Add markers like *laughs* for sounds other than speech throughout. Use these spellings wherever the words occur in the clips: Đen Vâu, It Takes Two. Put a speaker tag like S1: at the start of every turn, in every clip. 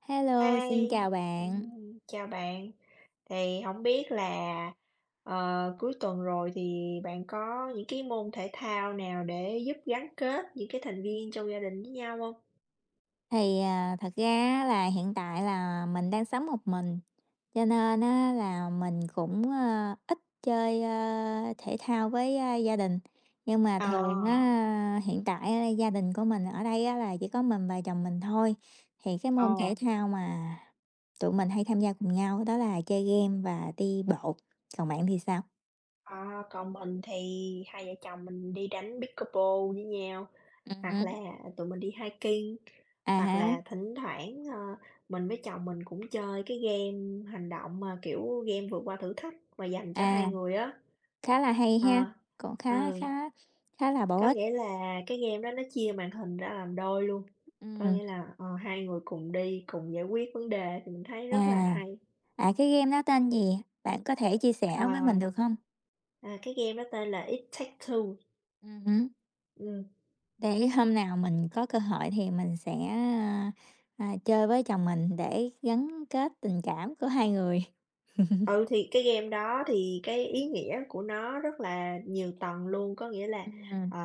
S1: Hello, xin
S2: Hi,
S1: chào bạn.
S2: chào bạn. Thì không biết là, cuối tuần rồi thì bạn có những cái môn thể thao nào để giúp gắn kết những cái thành viên trong gia đình với nhau không?
S1: Thật ra á là hiện tại là mình đang sống một mình, cho nên á là mình cũng, ít chơi, thể thao với, gia đình. Nhưng mà
S2: Ờ,
S1: thường á, hiện tại á gia đình của mình ở đây á là chỉ có mình và chồng mình thôi, thì cái môn
S2: ờ,
S1: thể thao mà tụi mình hay tham gia cùng nhau đó là chơi game và đi bộ. Còn bạn thì sao?
S2: ờ, Còn mình thì hai vợ chồng mình đi đánh pickleball với nhau. Hoặc là
S1: Ừm.
S2: tụi mình đi hiking,
S1: À
S2: hoặc
S1: há,
S2: là thỉnh thoảng, mình với chồng mình cũng chơi cái game hành động mà, kiểu, game vượt qua thử thách mà dành cho hai
S1: à,
S2: người á.
S1: khá là hay
S2: Ờ,
S1: ha, cũng
S2: ừ,
S1: khá khá khá là bổ
S2: có
S1: ích.
S2: nghĩa là cái game đó nó chia màn hình ra làm đôi luôn, có
S1: Ừm.
S2: nghĩa là, hai người cùng đi, cùng giải quyết vấn đề thì mình thấy
S1: À,
S2: rất là hay.
S1: cái game đó tên gì? Bạn có thể chia sẻ với
S2: Ờ,
S1: mình được không?
S2: à, cái game đó tên là It Takes Two,
S1: Hứm,
S2: ừm.
S1: để *laughs* hôm nào mình có cơ hội thì mình sẽ, chơi với chồng mình để gắn kết tình cảm của hai người.
S2: Ừ, thì cái game đó thì cái ý nghĩa của nó rất là nhiều tầng luôn, có nghĩa là,
S1: Ừm,
S2: ờ,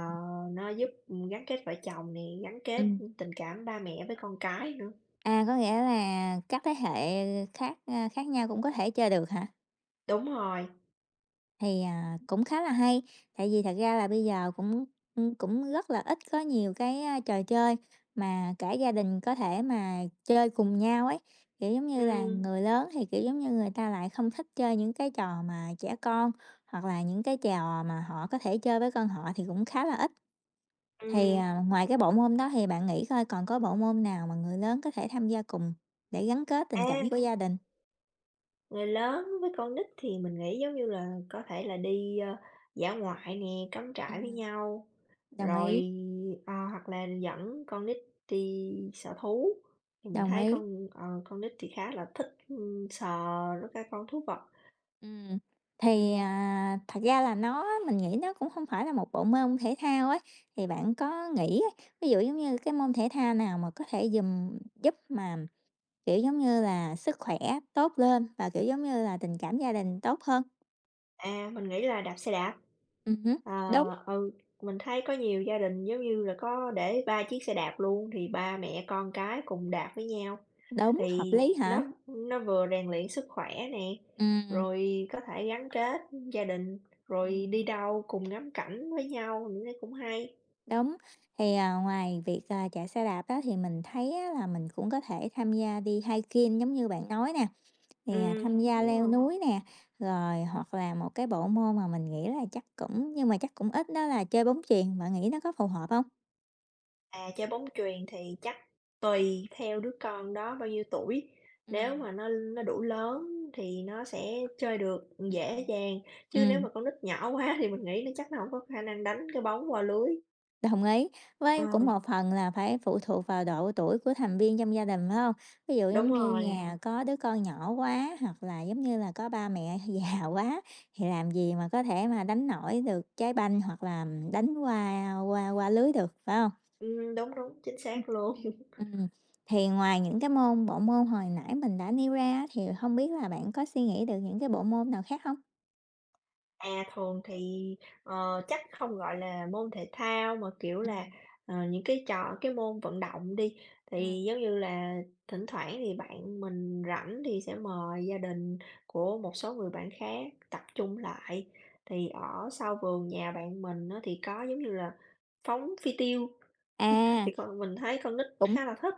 S2: nó giúp, gắn kết vợ chồng nè, gắn kết
S1: ừm,
S2: tình cảm ba mẹ với con cái nữa.
S1: có nghĩa là các thế hệ khác, khác nhau cũng có thể chơi được hả?
S2: Đúng rồi,
S1: Cũng khá là hay, tại vì thật ra là bây giờ cũng, cũng rất là ít có nhiều cái, trò chơi mà cả gia đình có thể mà chơi cùng nhau ấy. Kiểu, giống như là,
S2: ừ
S1: người lớn thì, kiểu, giống như, người ta lại không thích chơi những cái trò mà trẻ con, hoặc là những cái trò mà họ có thể chơi với con họ thì cũng khá là ít.
S2: ừ.
S1: Ngoài cái bộ môn đó thì bạn nghĩ coi còn có bộ môn nào mà người lớn có thể tham gia cùng để gắn kết tình cảm
S2: À,
S1: của *laughs* gia đình?
S2: người lớn với con nít thì mình nghĩ giống như là có thể là đi, dã ngoại nè, cắm trại với
S1: Ừm.
S2: nhau,
S1: Đồng ý,
S2: rồi, hoặc là dẫn con nít đi sở thú, thì mình
S1: đồng
S2: thấy
S1: ý.
S2: con nít thì khá là thích, ưm, sờ các cái con thú vật.
S1: Ừm,
S2: Ừm.
S1: thật ra là nó mình nghĩ nó cũng không phải là một bộ môn thể thao ấy, thì bạn có nghĩ á, ví dụ giống như cái môn thể thao nào mà có thể giùm giúp mà, kiểu, giống như là, sức khỏe tốt lên và, kiểu, giống như là, tình cảm gia đình tốt hơn?
S2: À, mình nghĩ là đạp xe đạp.
S1: Hứm,
S2: Ờ,
S1: đúng,
S2: ừ, mình thấy có nhiều gia đình giống như là có để 3 chiếc xe đạp luôn, thì ba mẹ con cái cùng đạp với nhau,
S1: đúng, hợp
S2: thì
S1: lý hả?
S2: nó vừa rèn luyện sức khỏe nè,
S1: Ừm,
S2: rồi có thể gắn kết gia đình, rồi
S1: ừm,
S2: đi đâu cùng ngắm cảnh với nhau, mình thấy cũng hay.
S1: đúng. Ngoài việc, chạy xe đạp đó thì mình thấy á là mình cũng có thể tham gia đi hiking giống như bạn nói nè. Nè,
S2: Ừ,
S1: tham gia
S2: đúng
S1: leo
S2: rồi.
S1: núi nè, rồi hoặc là một cái bộ môn mà mình nghĩ là chắc cũng nhưng mà chắc cũng ít đó là chơi bóng chuyền, bạn nghĩ nó có phù hợp không?
S2: À, chơi bóng chuyền thì chắc tùy theo đứa con đó bao nhiêu tuổi. Nếu
S1: Ừm.
S2: mà nó đủ lớn thì nó sẽ chơi được dễ dàng, chứ nếu
S1: Ừm,
S2: mà con nít nhỏ quá thì mình nghĩ nó chắc nó không có khả năng đánh cái bóng qua lưới.
S1: đồng ý,
S2: Ờ,
S1: với cũng một phần là phải phụ thuộc vào độ tuổi của thành viên trong gia đình, phải không? Ví dụ
S2: đúng
S1: giống như
S2: rồi,
S1: nhà có đứa con nhỏ quá hoặc là, giống như là, có ba mẹ *laughs* già quá thì làm gì mà có thể mà đánh nổi được trái banh hoặc là đánh qua qua qua lưới được, phải không?
S2: đúng, đúng, chính xác luôn.
S1: Ừm, thì ngoài những cái môn bộ môn hồi nãy mình đã nêu ra á, thì không biết là bạn có suy nghĩ được những cái bộ môn nào khác không?
S2: À, thường thì, chắc không gọi là môn thể thao mà, kiểu là,
S1: Ừm,
S2: những cái môn vận động đi,
S1: ừm.
S2: thì giống như là thỉnh thoảng thì bạn mình rảnh thì sẽ mời gia đình của một số người bạn khác tập trung lại. Thì ở sau vườn nhà bạn mình nó thì có giống như là phóng phi tiêu,
S1: À,
S2: thì mình thấy con nít
S1: cũng
S2: khá là thích.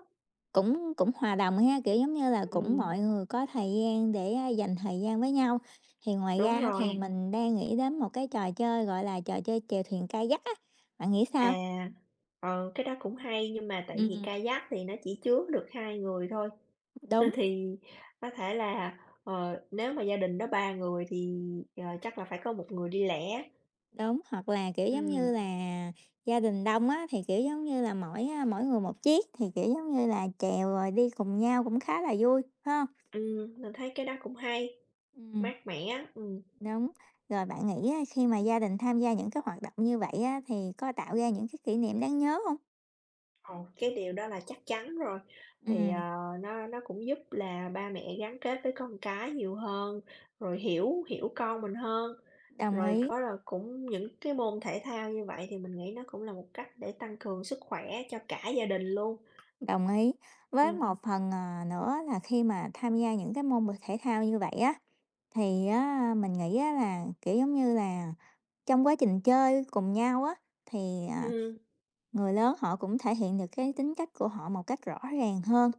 S1: cũng cũng hòa đồng ha, kiểu, giống như là, cũng
S2: Ừm,
S1: mọi người có thời gian để, dành thời gian với nhau. Thì ngoài
S2: đúng
S1: ra á thì
S2: rồi.
S1: rồi. Mình đang nghĩ đến một cái trò chơi, gọi là, trò chơi chèo thuyền kayak á, bạn nghĩ sao?
S2: À, cái đó cũng hay nhưng mà tại vì
S1: Ừm.
S2: kayak thì nó chỉ chứa được 2 người thôi. *laughs*
S1: Đúng.
S2: Thì có thể là, nếu mà gia đình đó 3 người thì, chắc là phải có một người đi lẻ.
S1: Đúng, hoặc là, kiểu, giống như
S2: Ừm,
S1: là, gia đình đông á, thì, kiểu, giống như là, mỗi người một chiếc thì, kiểu, giống như là, chèo rồi đi cùng nhau cũng khá là vui, phải không?
S2: mình thấy cái đó cũng hay,
S1: Ừm.
S2: mát mẻ, ừm.
S1: Đúng. Rồi bạn nghĩ á, khi mà gia đình tham gia những cái hoạt động như vậy á, thì có tạo ra những cái kỷ niệm đáng nhớ không?
S2: Ồ, cái điều đó là chắc chắn rồi. Thì,
S1: Ừm,
S2: nó cũng giúp là ba mẹ gắn kết với con cái nhiều hơn, rồi hiểu hiểu con mình hơn.
S1: đồng
S2: Rồi
S1: ý,
S2: có là cũng những cái môn thể thao như vậy thì mình nghĩ nó cũng là một cách để tăng cường sức khỏe cho cả gia đình luôn.
S1: đồng ý. Với
S2: Ừm,
S1: một phần, nữa là khi mà tham gia những cái môn thể thao như vậy á, thì á, mình nghĩ á là, kiểu, giống như là, trong quá trình chơi cùng nhau á, thì, à
S2: ừm,
S1: Người lớn họ cũng thể hiện được cái tính cách của họ một cách rõ ràng hơn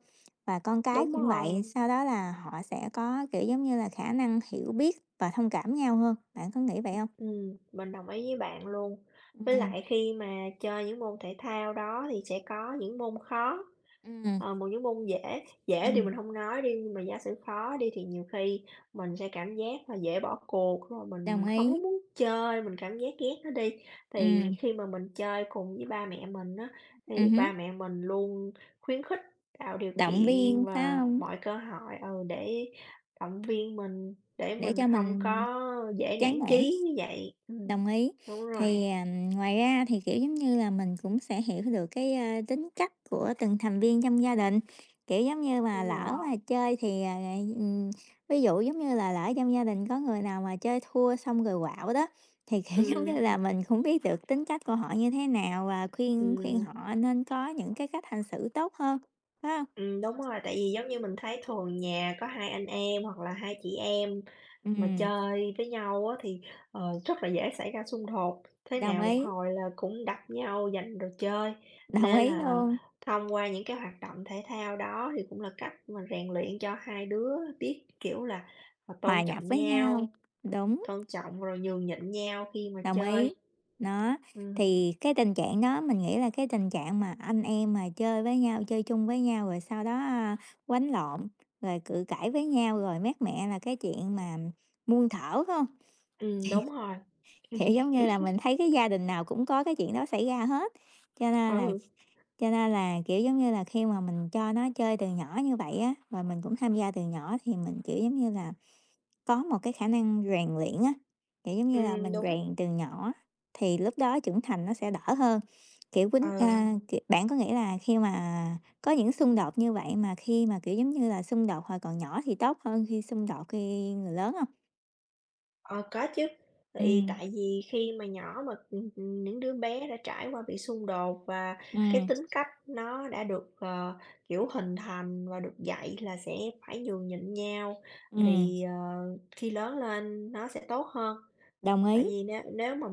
S1: và con cái
S2: đúng
S1: cũng vậy,
S2: rồi.
S1: sau đó là họ sẽ có, kiểu, giống như là, khả năng hiểu biết và thông cảm nhau hơn. Bạn có nghĩ vậy không?
S2: Mình đồng ý với bạn luôn. Với
S1: Ừm,
S2: lại khi mà chơi những môn thể thao đó thì sẽ có những môn khó,
S1: ừm,
S2: Một những môn dễ, dễ thì mình
S1: ừm,
S2: không nói đi, nhưng mà giả sử khó đi thì nhiều khi mình sẽ cảm giác là dễ bỏ cuộc, rồi
S1: đồng
S2: mình không
S1: ý.
S2: có muốn chơi, mình cảm giác ghét nó đi. Thì
S1: Ừm,
S2: khi mà mình chơi cùng với ba mẹ mình á, thì
S1: hứm,
S2: ba mẹ mình luôn khuyến khích, tạo điều
S1: động
S2: kiện
S1: viên, phải
S2: và
S1: không?
S2: mọi cơ hội, ừ, để động viên mình, để
S1: Để
S2: mình
S1: cho
S2: không
S1: mình
S2: có dễ nản
S1: chán nản.
S2: chí như vậy.
S1: Đồng ý.
S2: Đúng rồi,
S1: Thì, à, ngoài ra thì, kiểu, giống như là, mình cũng sẽ hiểu được cái, tính cách của từng thành viên trong gia đình. Kiểu, giống như mà
S2: đúng
S1: lỡ
S2: rồi,
S1: mà chơi thì, ví dụ, giống như là, lỡ trong gia đình có người nào mà chơi thua xong rồi quạo đó, thì, kiểu, *laughs* giống như
S2: ừm,
S1: là, mình cũng biết được tính cách của họ như thế nào và khuyên khuyên
S2: ừm.
S1: họ nên có những cái cách hành xử tốt hơn, phải không?
S2: Đúng rồi, tại vì giống như mình thấy thường nhà có hai anh em hoặc là hai chị em mà
S1: Ừm,
S2: chơi với nhau á, thì, rất là dễ xảy ra xung đột, thế
S1: đồng
S2: nào một
S1: ý,
S2: hồi là cũng đập nhau giành đồ chơi.
S1: đồng
S2: Nên
S1: ý
S2: là
S1: luôn,
S2: thông qua những cái hoạt động thể thao đó thì cũng là cách mà rèn luyện cho hai đứa biết, kiểu là,
S1: hòa
S2: tôn
S1: nhập
S2: trọng
S1: với nhau,
S2: nhau,
S1: đúng.
S2: tôn trọng rồi nhường nhịn nhau khi mà
S1: Đồng
S2: chơi.
S1: ý. Đó,
S2: Ừm,
S1: thì cái tình trạng đó mình nghĩ là cái tình trạng mà anh em mà chơi với nhau, chơi chung với nhau rồi sau đó, quánh lộn, rồi cự cãi với nhau rồi mát mẹ là cái chuyện mà muôn thuở, phải hông? *laughs*
S2: đúng rồi.
S1: Kiểu, giống như là, mình
S2: *laughs*
S1: thấy cái gia đình nào cũng có cái chuyện đó xảy ra hết, cho nên là
S2: Ừ,
S1: cho nên là, kiểu, giống như là, khi mà mình cho nó chơi từ nhỏ như vậy á, rồi mình cũng tham gia từ nhỏ thì mình, kiểu, giống như là có một cái khả năng rèn luyện á, kiểu, giống như là,
S2: ừm,
S1: mình
S2: đúng,
S1: rèn từ nhỏ thì lúc đó trưởng thành nó sẽ đỡ hơn. Kiểu, quýnh a,
S2: ừ.
S1: kiểu, bạn có nghĩ là khi mà có những xung đột như vậy mà khi mà, kiểu, giống như là, xung đột hồi còn nhỏ thì tốt hơn khi xung đột khi người lớn không?
S2: Ờ, có chứ.
S1: Ừ,
S2: Thì tại vì khi mà nhỏ mà, những đứa bé đã trải qua bị xung đột và cái
S1: ừ,
S2: tính cách nó đã được, kiểu, hình thành và được dạy là sẽ phải nhường nhịn nhau,
S1: ừm,
S2: thì, khi lớn lên nó sẽ tốt hơn.
S1: đồng
S2: Tại
S1: ý.
S2: vì nếu nếu mà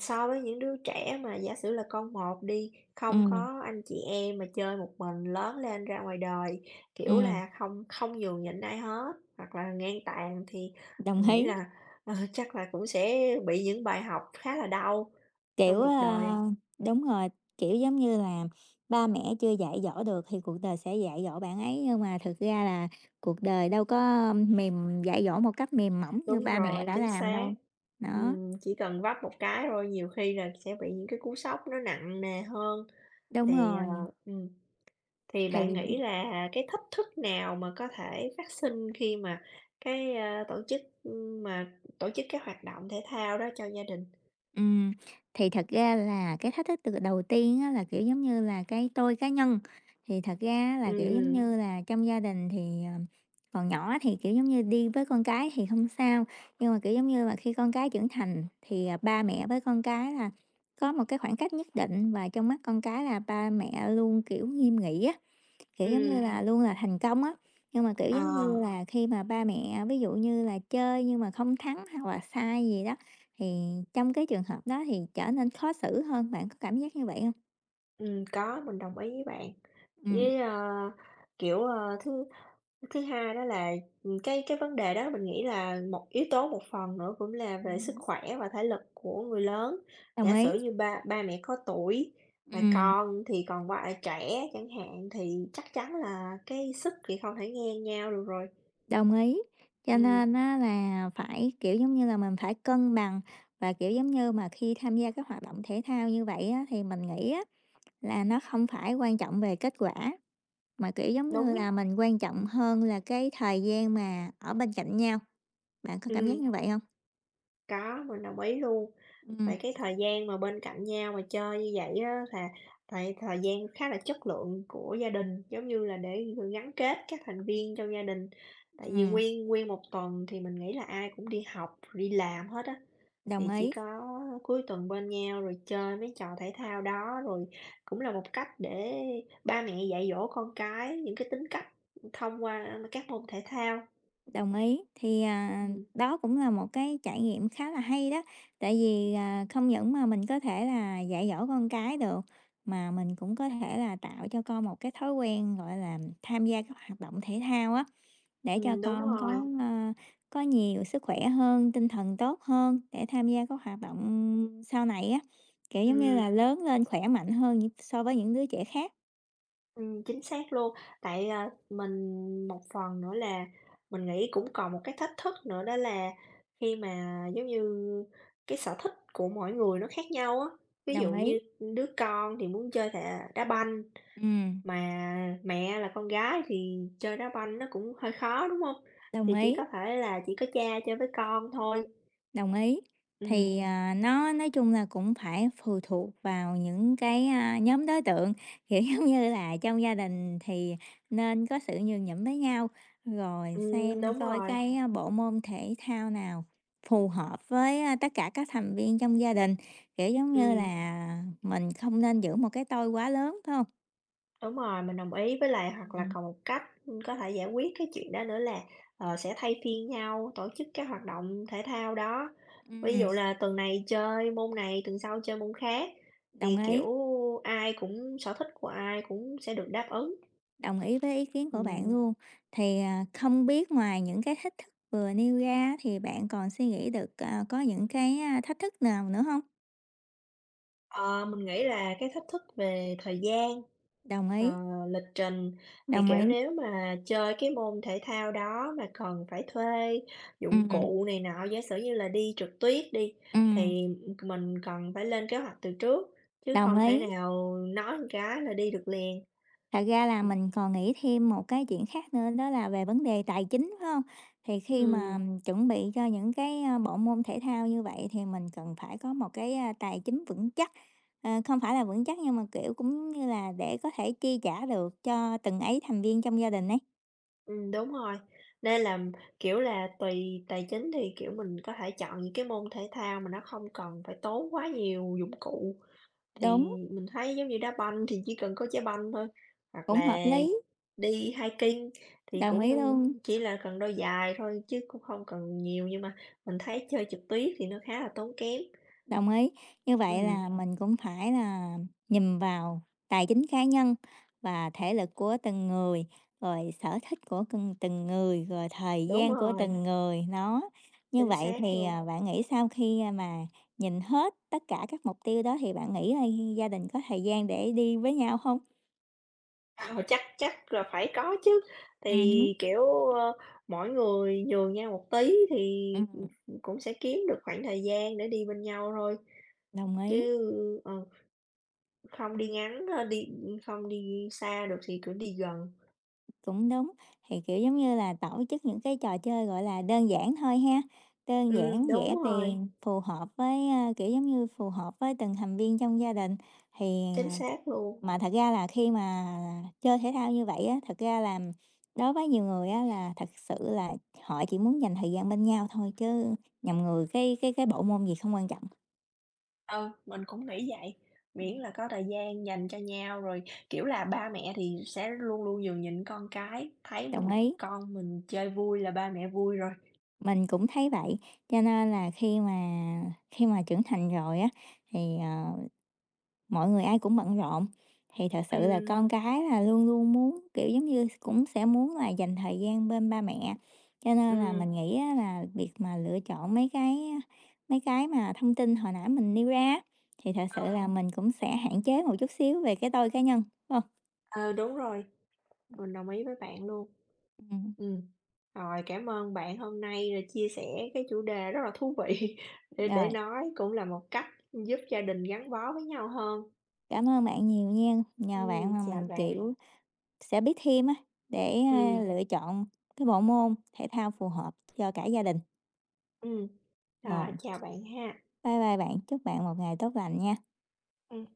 S2: so với những đứa trẻ mà giả sử là con một đi, không
S1: Ừ,
S2: có anh chị em mà chơi một mình lớn lên ra ngoài đời, kiểu
S1: ừm,
S2: là, không không nhường nhịn ai hết, hoặc là ngang tàn thì
S1: đồng
S2: mình nghĩ
S1: ý.
S2: là, chắc là cũng sẽ bị những bài học khá là đau
S1: Kiểu,
S2: trong cuộc
S1: a
S2: đời.
S1: đúng rồi, kiểu, giống như là ba mẹ chưa dạy dỗ được thì cuộc đời sẽ dạy dỗ bạn ấy, nhưng mà thực ra là cuộc đời đâu có mềm dạy dỗ một cách mềm mỏng như
S2: Đúng
S1: ba mẹ
S2: rồi,
S1: đã
S2: chính
S1: làm
S2: xác.
S1: đâu. Đó,
S2: Chỉ cần vấp một cái thôi, nhiều khi là sẽ bị những cái cú sốc nó nặng nề hơn
S1: đúng
S2: thì,
S1: rồi,
S2: Thì
S1: thì
S2: bạn nghĩ là cái thách thức nào mà có thể phát sinh khi mà cái, a, tổ chức, mà tổ chức cái hoạt động thể thao đó cho gia đình?
S1: Ừm, thì thật ra là cái thách thức từ đầu tiên á, là, kiểu, giống như là, cái tôi cá nhân. Thì thật ra là, kiểu, giống
S2: Ừm,
S1: như là, trong gia đình thì, còn nhỏ thì, kiểu, giống như, đi với con cái thì không sao, nhưng mà, kiểu, giống như là, khi con cái trưởng thành thì, ba mẹ với con cái là có một cái khoảng cách nhất định và trong mắt con cái là ba mẹ luôn, kiểu, nghiêm nghị á. Kiểu, giống như
S2: ừm,
S1: là, luôn là thành công á, nhưng mà, kiểu, giống
S2: ờ,
S1: như là, khi mà ba mẹ ví dụ như là chơi nhưng mà không thắng hoặc là sai gì đó, thì trong cái trường hợp đó thì trở nên khó xử hơn, bạn có cảm giác như vậy không?
S2: có, mình đồng ý với bạn.
S1: Ừm,
S2: Với, ờ, kiểu, ờ, thứ Thứ hai đó là, cái vấn đề đó mình nghĩ là một yếu tố một phần nữa cũng là về sức khỏe và thể lực của người lớn.
S1: đồng
S2: Giả sử
S1: ý,
S2: như ba ba mẹ có tuổi mà
S1: ừm,
S2: con thì còn quá trẻ chẳng hạn, thì chắc chắn là cái sức thì không thể ngang nhau được rồi.
S1: đồng ý. Cho
S2: Ừm,
S1: nên á là phải, kiểu, giống như là, mình phải cân bằng và, kiểu, giống như mà khi tham gia các hoạt động thể thao như vậy á, thì mình nghĩ á là nó không phải quan trọng về kết quả, mà, kiểu, giống như
S2: đúng,
S1: là, mình quan trọng hơn là cái thời gian mà ở bên cạnh nhau. Bạn có cảm giác
S2: ừm,
S1: như vậy không?
S2: có, mình đồng ý luôn.
S1: Ừm,
S2: Vậy cái thời gian mà bên cạnh nhau mà chơi như vậy á là tại thời gian khá là chất lượng của gia đình, giống như là, để gắn kết các thành viên trong gia đình. Tại vì
S1: ừm,
S2: nguyên nguyên một tuần thì mình nghĩ là ai cũng đi học, đi làm hết á,
S1: đồng
S2: thì chỉ
S1: ý,
S2: có cuối tuần bên nhau rồi chơi mấy trò thể thao đó, rồi cũng là một cách để ba mẹ dạy dỗ con cái những cái tính cách thông qua các môn thể thao.
S1: đồng ý.
S2: Ừm,
S1: Đó cũng là một cái trải nghiệm khá là hay đó, tại vì, không những mà mình có thể là dạy dỗ con cái được, mà mình cũng có thể là tạo cho con một cái thói quen, gọi là, tham gia các hoạt động thể thao á, để cho
S2: ừm, đúng
S1: con
S2: rồi,
S1: có, có nhiều sức khỏe hơn, tinh thần tốt hơn để tham gia các hoạt động sau này á, kiểu, giống như
S2: ừm.
S1: là lớn lên khỏe mạnh hơn so với những đứa trẻ khác.
S2: Chính xác luôn. Tại, à, mình một phần nữa là mình nghĩ cũng còn một cái thách thức nữa đó là khi mà, giống như, cái sở thích của mỗi người nó khác nhau á. Ví
S1: Đồng
S2: dụ
S1: ý,
S2: như đứa con thì muốn chơi thà đá banh,
S1: ừm,
S2: mà mẹ là con gái thì chơi đá banh nó cũng hơi khó, đúng không?
S1: đồng
S2: Thì chỉ
S1: ý.
S2: có thể là chỉ có cha chơi với con thôi.
S1: Đồng ý.
S2: Ừm,
S1: Nó nói chung là cũng phải phụ thuộc vào những cái, nhóm đối tượng, *laughs* kiểu, giống như là, trong gia đình thì nên có sự nhường nhịn với nhau, rồi
S2: ừm,
S1: xem
S2: đúng
S1: coi
S2: rồi,
S1: cái, bộ môn thể thao nào phù hợp với, tất cả các thành viên trong gia đình, kiểu, giống như
S2: ừm.
S1: là, mình không nên giữ một cái tôi quá lớn, phải không?
S2: Đúng rồi, mình đồng ý, với lại hoặc là
S1: Ừm.
S2: còn một cách, có thể giải quyết cái chuyện đó nữa là, sẽ thay phiên nhau tổ chức cái hoạt động thể thao đó. Ví
S1: Ừm,
S2: dụ là tuần này chơi môn này, tuần sau chơi môn khác, thì,
S1: đồng ý.
S2: kiểu, ai cũng sở thích của ai cũng sẽ được đáp ứng.
S1: Đồng ý với ý kiến của bạn
S2: Ừm.
S1: luôn. Không biết ngoài những cái thách thức vừa nêu ra thì bạn còn suy nghĩ được, có những cái, thách thức nào nữa không?
S2: Ờ, mình nghĩ là cái thách thức về thời gian,
S1: Đồng
S2: ờ,
S1: ý,
S2: lịch trình thì,
S1: đồng ý.
S2: kiểu, nếu mà chơi cái môn thể thao đó mà cần phải thuê dụng
S1: Ừm,
S2: cụ này nọ, giả sử như là đi trượt tuyết đi,
S1: ừm,
S2: thì, mình cần phải lên kế hoạch từ trước, chứ
S1: đồng
S2: không thể
S1: ý.
S2: nào nói một cái là đi được liền.
S1: Thật ra là mình còn nghĩ thêm một cái chuyện khác nữa đó là về vấn đề tài chính, phải hông? Thì
S2: Ừm,
S1: khi mà
S2: ừm,
S1: chuẩn bị cho những cái, bộ môn thể thao như vậy thì mình cần phải có một cái, tài chính vững chắc, không phải là vững chắc nhưng mà, kiểu, cũng như là để có thể chi trả được cho từng ấy thành viên trong gia đình ấy.
S2: đúng rồi, nên là, kiểu là, tùy tài chính thì, kiểu, mình có thể chọn những cái môn thể thao mà nó không cần phải tốn quá nhiều dụng cụ. Thì
S1: Đúng,
S2: mình thấy giống như đá banh thì chỉ cần có trái banh thôi, hoặc
S1: cũng hợp
S2: là
S1: lý,
S2: đi hiking thì
S1: đồng
S2: cũng
S1: ý luôn.
S2: chỉ là cần đôi giày thôi chứ cũng không cần nhiều, nhưng mà mình thấy chơi trượt tuyết thì nó khá là tốn kém.
S1: Đồng ý. Như vậy
S2: Ừm,
S1: là mình cũng phải là nhìn vào tài chính cá nhân và thể lực của từng người, rồi sở thích của từng từng người, rồi thời
S2: đúng
S1: gian của
S2: rồi,
S1: từng người nó. Như
S2: chính
S1: vậy
S2: xác
S1: thì
S2: luôn.
S1: bạn nghĩ sau khi mà nhìn hết tất cả các mục tiêu đó thì bạn nghĩ là gia đình có thời gian để đi với nhau không?
S2: *laughs* Ờ, chắc chắc là phải có chứ, thì,
S1: Ừ. Hứ,
S2: kiểu, ơ, mỗi người nhường nhau một tí thì,
S1: ừ,
S2: cũng sẽ kiếm được khoảng thời gian để đi bên nhau thôi,
S1: đồng ý.
S2: chứ, ờ, không đi ngắn, ơ, đi không đi xa được thì cứ đi gần.
S1: Cũng đúng, thì, kiểu, giống như là, tổ chức những cái trò chơi, gọi là, đơn giản thôi ha, đơn
S2: Ừm,
S1: giản,
S2: đúng
S1: rẻ
S2: rồi,
S1: tiền, phù hợp với, kiểu, giống như, phù hợp với từng thành viên trong gia đình. Thì,
S2: chính
S1: à,
S2: xác luôn.
S1: mà thật ra là khi mà chơi thể thao như vậy á, thật ra là đối với nhiều người á là thật sự là họ chỉ muốn dành thời gian bên nhau thôi chứ nhầm người cái bộ môn gì không quan trọng.
S2: Ừ, mình cũng nghĩ vậy,
S1: Ừm.
S2: miễn là có thời gian dành cho nhau rồi, kiểu là, ba mẹ thì sẽ luôn luôn nhường nhịn con cái, thấy
S1: Đồng ý,
S2: con mình chơi vui là ba mẹ vui rồi.
S1: mình cũng thấy vậy, cho nên là khi mà trưởng thành rồi á thì, mọi người ai cũng bận rộn thì thật sự là
S2: Ừm.
S1: con cái là luôn luôn muốn kiểu giống như cũng sẽ muốn là dành thời gian bên ba mẹ cho nên là
S2: Ừm,
S1: mình nghĩ á là việc mà lựa chọn mấy cái mà thông tin hồi nãy mình nêu ra á, thì thật sự
S2: ừ,
S1: là mình cũng sẽ hạn chế một chút xíu về cái tôi cá nhân đúng không
S2: Ờ, đúng rồi, mình đồng ý với bạn luôn.
S1: ừ.
S2: Ừm. Rồi, cảm ơn bạn hôm nay rồi chia sẻ cái chủ đề rất là thú vị *laughs* để
S1: Rồi
S2: nói, cũng là một cách giúp gia đình gắn bó với nhau hơn.
S1: cảm ơn bạn nhiều nha nhờ bạn mà
S2: Chào
S1: mình
S2: bạn.
S1: kiểu sẽ biết thêm á để
S2: Ừm,
S1: lựa chọn cái bộ môn thể thao phù hợp cho cả gia đình
S2: ừm. À,
S1: rồi
S2: chào bạn ha.
S1: bye bye bạn chúc bạn một ngày tốt lành nha
S2: Ừm,